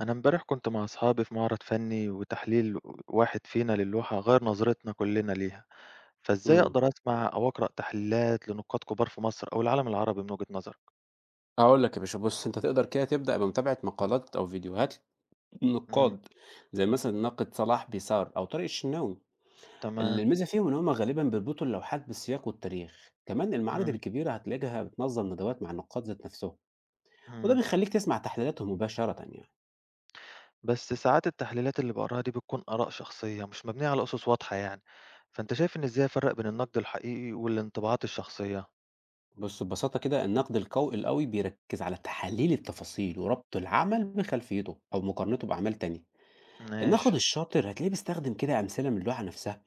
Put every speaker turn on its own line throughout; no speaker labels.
أنا امبارح كنت مع أصحابي في معرض فني وتحليل واحد فينا للوحة غير نظرتنا كلنا ليها، فإزاي
إمم،
أقدر أسمع أو أقرأ تحليلات لنقاد كبار في مصر أو العالم العربي من وجهة نظرك؟
هاقول لك يا باشا بُص، أنت تقدر كده تبدأ بمتابعة مقالات أو فيديوهات
إمم.
نقاد، زي مثلًا الناقد صلاح بيسار أو طارق الشناوي،
تمام.
الميزة فيهم إن هُم غالبًا بيربطوا اللوحات بالسياق والتاريخ، كمان المعارض
إمم.
الكبيرة هتلاقيها بتنظم ندوات مع النقاد ذات نفسهم، وده
إمم.
بيخليك تسمع تحليلاتهم مباشرة يعني.
بس ساعات التحليلات اللي بقراها دي بتكون آراء شخصية مش مبنية على أسس واضحة يعني، فأنت شايف إن إزاي أفرق بين النقد الحقيقي والانطباعات الشخصية؟
بُص ببساطة كده النقد القوي القوي بيركز على تحليل التفاصيل وربط العمل بخلفيته أو مقارنته بأعمال تانية،
ماشي.
الناقد الشاطر هتلاقيه بيستخدم كده أمثلة من اللوحة نفسها.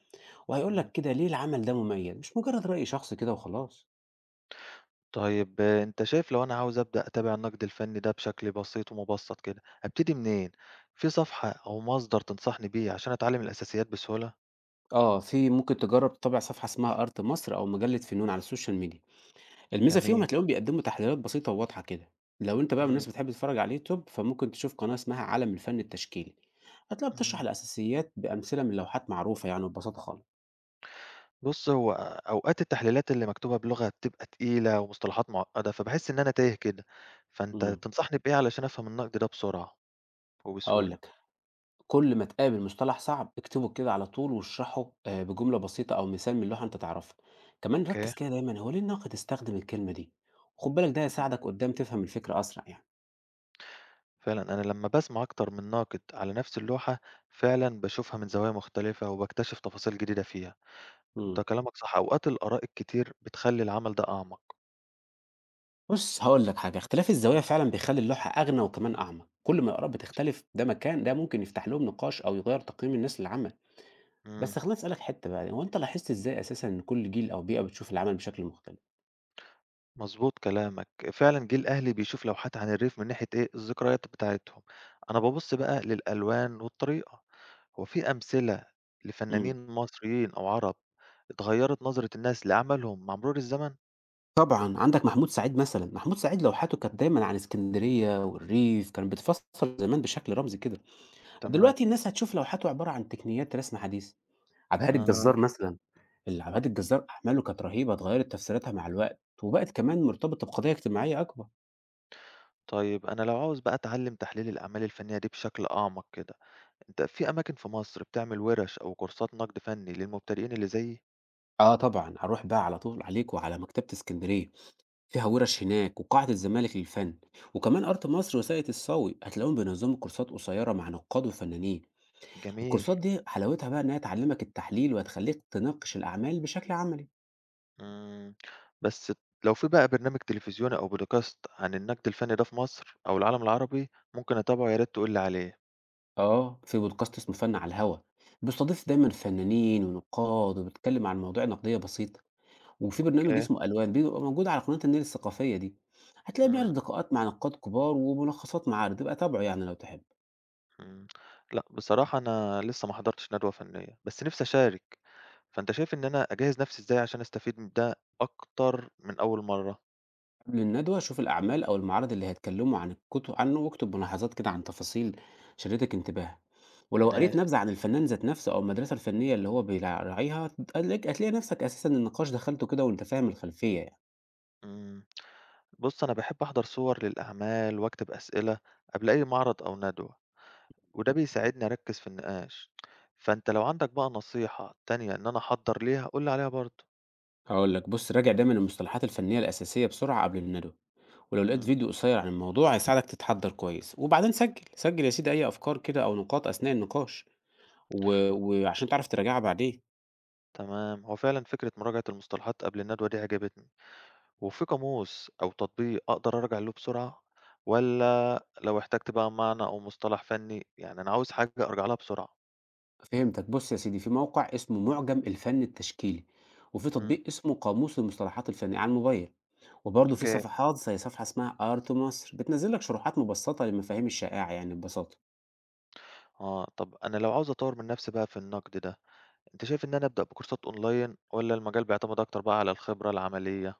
وهيقول
إمم.
لك كده ليه العمل ده مميز مش مجرد رأي شخصي كده وخلاص.
طيب أنت شايف لو أنا عاوز أبدأ أتابع النقد الفني ده بشكل بسيط ومبسط كده، أبتدي منين؟ في صفحة أو مصدر تنصحني بيه عشان أتعلم الأساسيات بسهولة؟
اه في ممكن تجرب تتابع صفحة اسمها ارت مصر او مجلة فنون على السوشيال ميديا. الميزة فيهم
جميل.
هتلاقيهم بيقدموا تحليلات بسيطة وواضحة كده. لو انت بقى من
إمم.
الناس بتحب تتفرج على اليوتيوب فممكن تشوف قناة اسمها عالم الفن التشكيلي، هتلاقيها
إمم.
بتشرح الاساسيات بامثلة من لوحات معروفة يعني ببساطة خالص.
بُص، هو أوقات التحليلات اللي مكتوبة بلغة بتبقى تقيلة ومصطلحات معقدة، فباحس إن أنا تايه كده، فأنت
امم
تنصحني بإيه علشان أفهم النقد ده بسرعة
هقول
وبسهولة؟
لك، كل ما تقابل مصطلح صعب اكتبه كده على طول واشرحه آه، بجملة بسيطة أو مثال من لوحة أنت تعرفها. كمان
أوكي.
ركز كده دايما هو ليه الناقد استخدم الكلمة دي، وخد بالك ده
إمم.
هيساعدك قدام تفهم الفكرة أسرع يعني.
فعلًا أنا لمّا باسمع أكتر من ناقد على نفس اللوحة، فعلًا باشوفها من زوايا مختلفة وباكتشف تفاصيل جديدة فيها. أنت
مم.
كلامك صح، أوقات الآراء الكتير بتخلّي العمل ده أعمق.
بص هقول لك حاجة، اختلاف الزوايا فعلا بيخلي اللوحة أغنى وكمان أعمق، كل ما الآراء بتختلف ده مكان ده ممكن يفتح لهم نقاش أو يغير تقييم الناس للعمل.
إمم.
بس خليني أسألك حتة بقى، هو أنت لاحظت إزاي أساسا إن كل جيل أو بيئة بتشوف العمل بشكل مختلف؟
مضبوط كلامك، فعلًا جيل أهلي بيشوف لوحات عن الريف من ناحية إيه، الذكريات بتاعتهم. أنا بابُص بقى للألوان والطريقة، هو في أمثلة
مم.
لفنانين مصريين أو عرب اتغيّرت نظرة الناس لعملهم مع مرور الزمن؟
طبعًا، عندك محمود سعيد مثلًا، محمود سعيد لوحاته كانت دايمًا عن اسكندرية والريف، كان بتفصّل زمان بشكل رمزي كده،
تمام.
دلوقتي الناس هتشوف لوحاته عبارة عن تقنيات رسم حديث، عبد الهادي
أها.
الجزار مثلًا، عبد الهادي الجزار أعماله كانت رهيبة، اتغيّرت تفسيراتها مع الوقت، وبقت كمان مرتبطة بقضايا اجتماعية أكبر.
طيب أنا لو عاوز بقى أتعلّم تحليل الأعمال الفنية دي بشكل أعمق كده، أنت في أماكن في مصر بتعمل وِرش أو كورسات نقد فني للمبتدئين اللي زيي؟
آه طبعًا، هاروح بقى على طول عليك وعلى مكتبة اسكندرية، فيها وِرَش هناك وقاعة الزمالك للفن، وكمان آرت مصر وساقية الصاوي، هتلاقيهم بينظموا كورسات قصيرة مع نقاد وفنانين.
جميل.
الكورسات دي حلاوتها بقى إنها تعلمك التحليل وتخليك تناقش الأعمال بشكل عملي.
إمم. بس لو في بقى برنامج تلفزيوني أو بودكاست عن النقد الفني ده في مصر أو العالم العربي ممكن أتابعه يا ريت تقول لي عليه.
آه في بودكاست اسمه فن على الهوا، بيستضيف دايما فنانين ونقاد وبيتكلم عن مواضيع نقدية بسيطة. وفي برنامج
أوكي.
اسمه ألوان بيبقى موجود على قناة النيل الثقافية دي، هتلاقي
إمم.
بيعرض لقاءات مع نقاد كبار وملخصات معارض، يبقى تابعه يعني لو تحب.
إمم. لأ، بصراحة أنا لسه ما حضرتش ندوة فنية، بس نفسي أشارك، فأنت شايف إن أنا أجهّز نفسي إزاي عشان أستفيد من ده أكتر من أول مرّة؟
قبل الندوة شوف الأعمال أو المعارض اللي هيتكلموا عن الكتب عنه واكتب ملاحظات كده عن تفاصيل شدتك انتباه، ولو قريت
ماشي.
نبذة عن الفنان ذات نفسه أو المدرسة الفنية اللي هو بيراعيها، هتلاقي نفسك أساسا النقاش دخلته كده وأنت فاهم الخلفية يعني.
إمم. بُص، أنا باحب أحضر صور للأعمال وأكتب أسئلة قبل أي معرض أو ندوة. وده بيساعدني أركّز في النقاش. فأنت لو عندك بقى نصيحة تانية إن أنا أحضّر ليها قُل لي عليها برضه.
هقول لك بص، راجع دايما المصطلحات الفنية الأساسية بسرعة قبل الندوة، ولو لقيت
إمم.
فيديو قصير عن الموضوع هيساعدك تتحضر كويس، وبعدين سجل سجل يا سيدي أي أفكار كده أو نقاط أثناء النقاش و... وعشان تعرف تراجعها بعدين.
تمام. هو فعلًا فكرة مراجعة المصطلحات قبل الندوة دي عجبتني. وفي قاموس أو تطبيق أقدر أراجع له بسرعة والّا لو احتجت بقى معنى أو مصطلح فني، يعني أنا عاوز حاجة أرجع لها بسرعة؟
فهمتك، بص يا سيدي في موقع اسمه معجم الفن التشكيلي، وفي
إمم.
تطبيق اسمه قاموس المصطلحات الفنية على الموبايل، وبرضه في
أوكي.
صفحات زي صفحة اسمها ارت مصر بتنزل لك شروحات مبسطة للمفاهيم الشائعة يعني ببساطة.
آه. طب أنا لو عاوز أطوّر من نَفْسي بقى في النقد ده، أنت شايف إن أنا أبدأ بكورسات أونلاين والّا المجال بيعتمد أكتر بقى على الخبرة العملية؟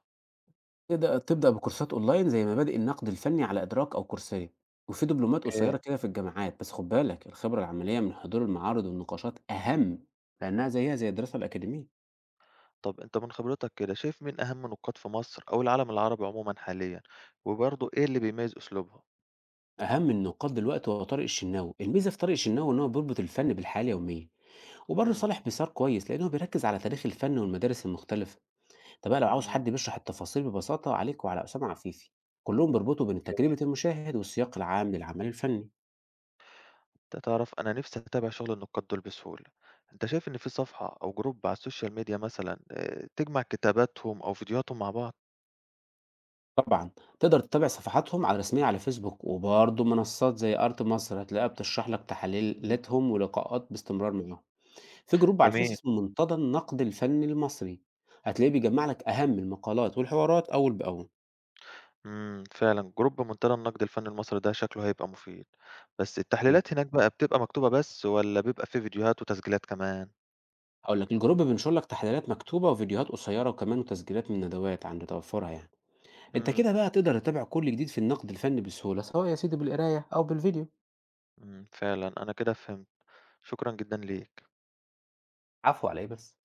تبدأ بكورسات اونلاين زي مبادئ النقد الفني على ادراك او كورسير، وفي دبلومات
أوكي.
قصيرة كده في الجامعات، بس خد بالك الخبرة العملية من حضور المعارض والنقاشات اهم، لانها زيها زي الدراسة الأكاديمية.
طب أنت من خبرتك كده شايف مين أهم نقاد في مصر أو العالم العربي عمومًا حاليًا، وبرضه إيه اللي بيميز أسلوبهم؟
اهم النقاط دلوقتي هو طارق الشناوي، الميزة في طارق الشناوي ان هو بيربط الفن بالحياة اليومية، وبرضه
إمم.
صالح بيسار كويس لأنه بيركز على تاريخ الفن والمدارس المختلفة. طب بقى لو عاوز
إمم.
حد بيشرح التفاصيل ببساطة عليك وعلى أسامة عفيفي. كلهم بيربطوا بين تجربة المشاهد والسياق العام للعمل الفني.
أنت تعرف أنا نفسي أتابع شغل النقاد دول بسهولة، أنت شايف إن في صفحة أو جروب على السوشيال ميديا مثلًا تجمع كتاباتهم أو فيديوهاتهم مع بعض؟
طبعا تقدر تتابع صفحاتهم على رسمية على فيسبوك، وبرضه منصات زي أرت مصر هتلاقيها بتشرح لك
إمم.
تحليلاتهم ولقاءات باستمرار معاهم. في جروب على الفيس
جميل.
اسمه منتدى النقد الفني المصري، هتلاقيه بيجمع لك أهم المقالات والحوارات أول بأول.
إمم، فعلًا جروب منتدى النقد الفني المصري ده شكله هيبقى مفيد، بس التحليلات هناك بقى بتبقى مكتوبة بس والّا بيبقى في فيديوهات وتسجيلات كمان؟
هاقول لك الجروب بينشر لك تحليلات مكتوبة وفيديوهات قصيرة وكمان تسجيلات من ندوات عند توفرها يعني، انت
إمم.
كده بقى تقدر تتابع كل جديد في النقد الفني بسهولة سواء يا سيدي بالقراية او بالفيديو.
إمم، فعلًا أنا كده فهمت، شكرًا جدًا ليك.
عفوا على ايه بس.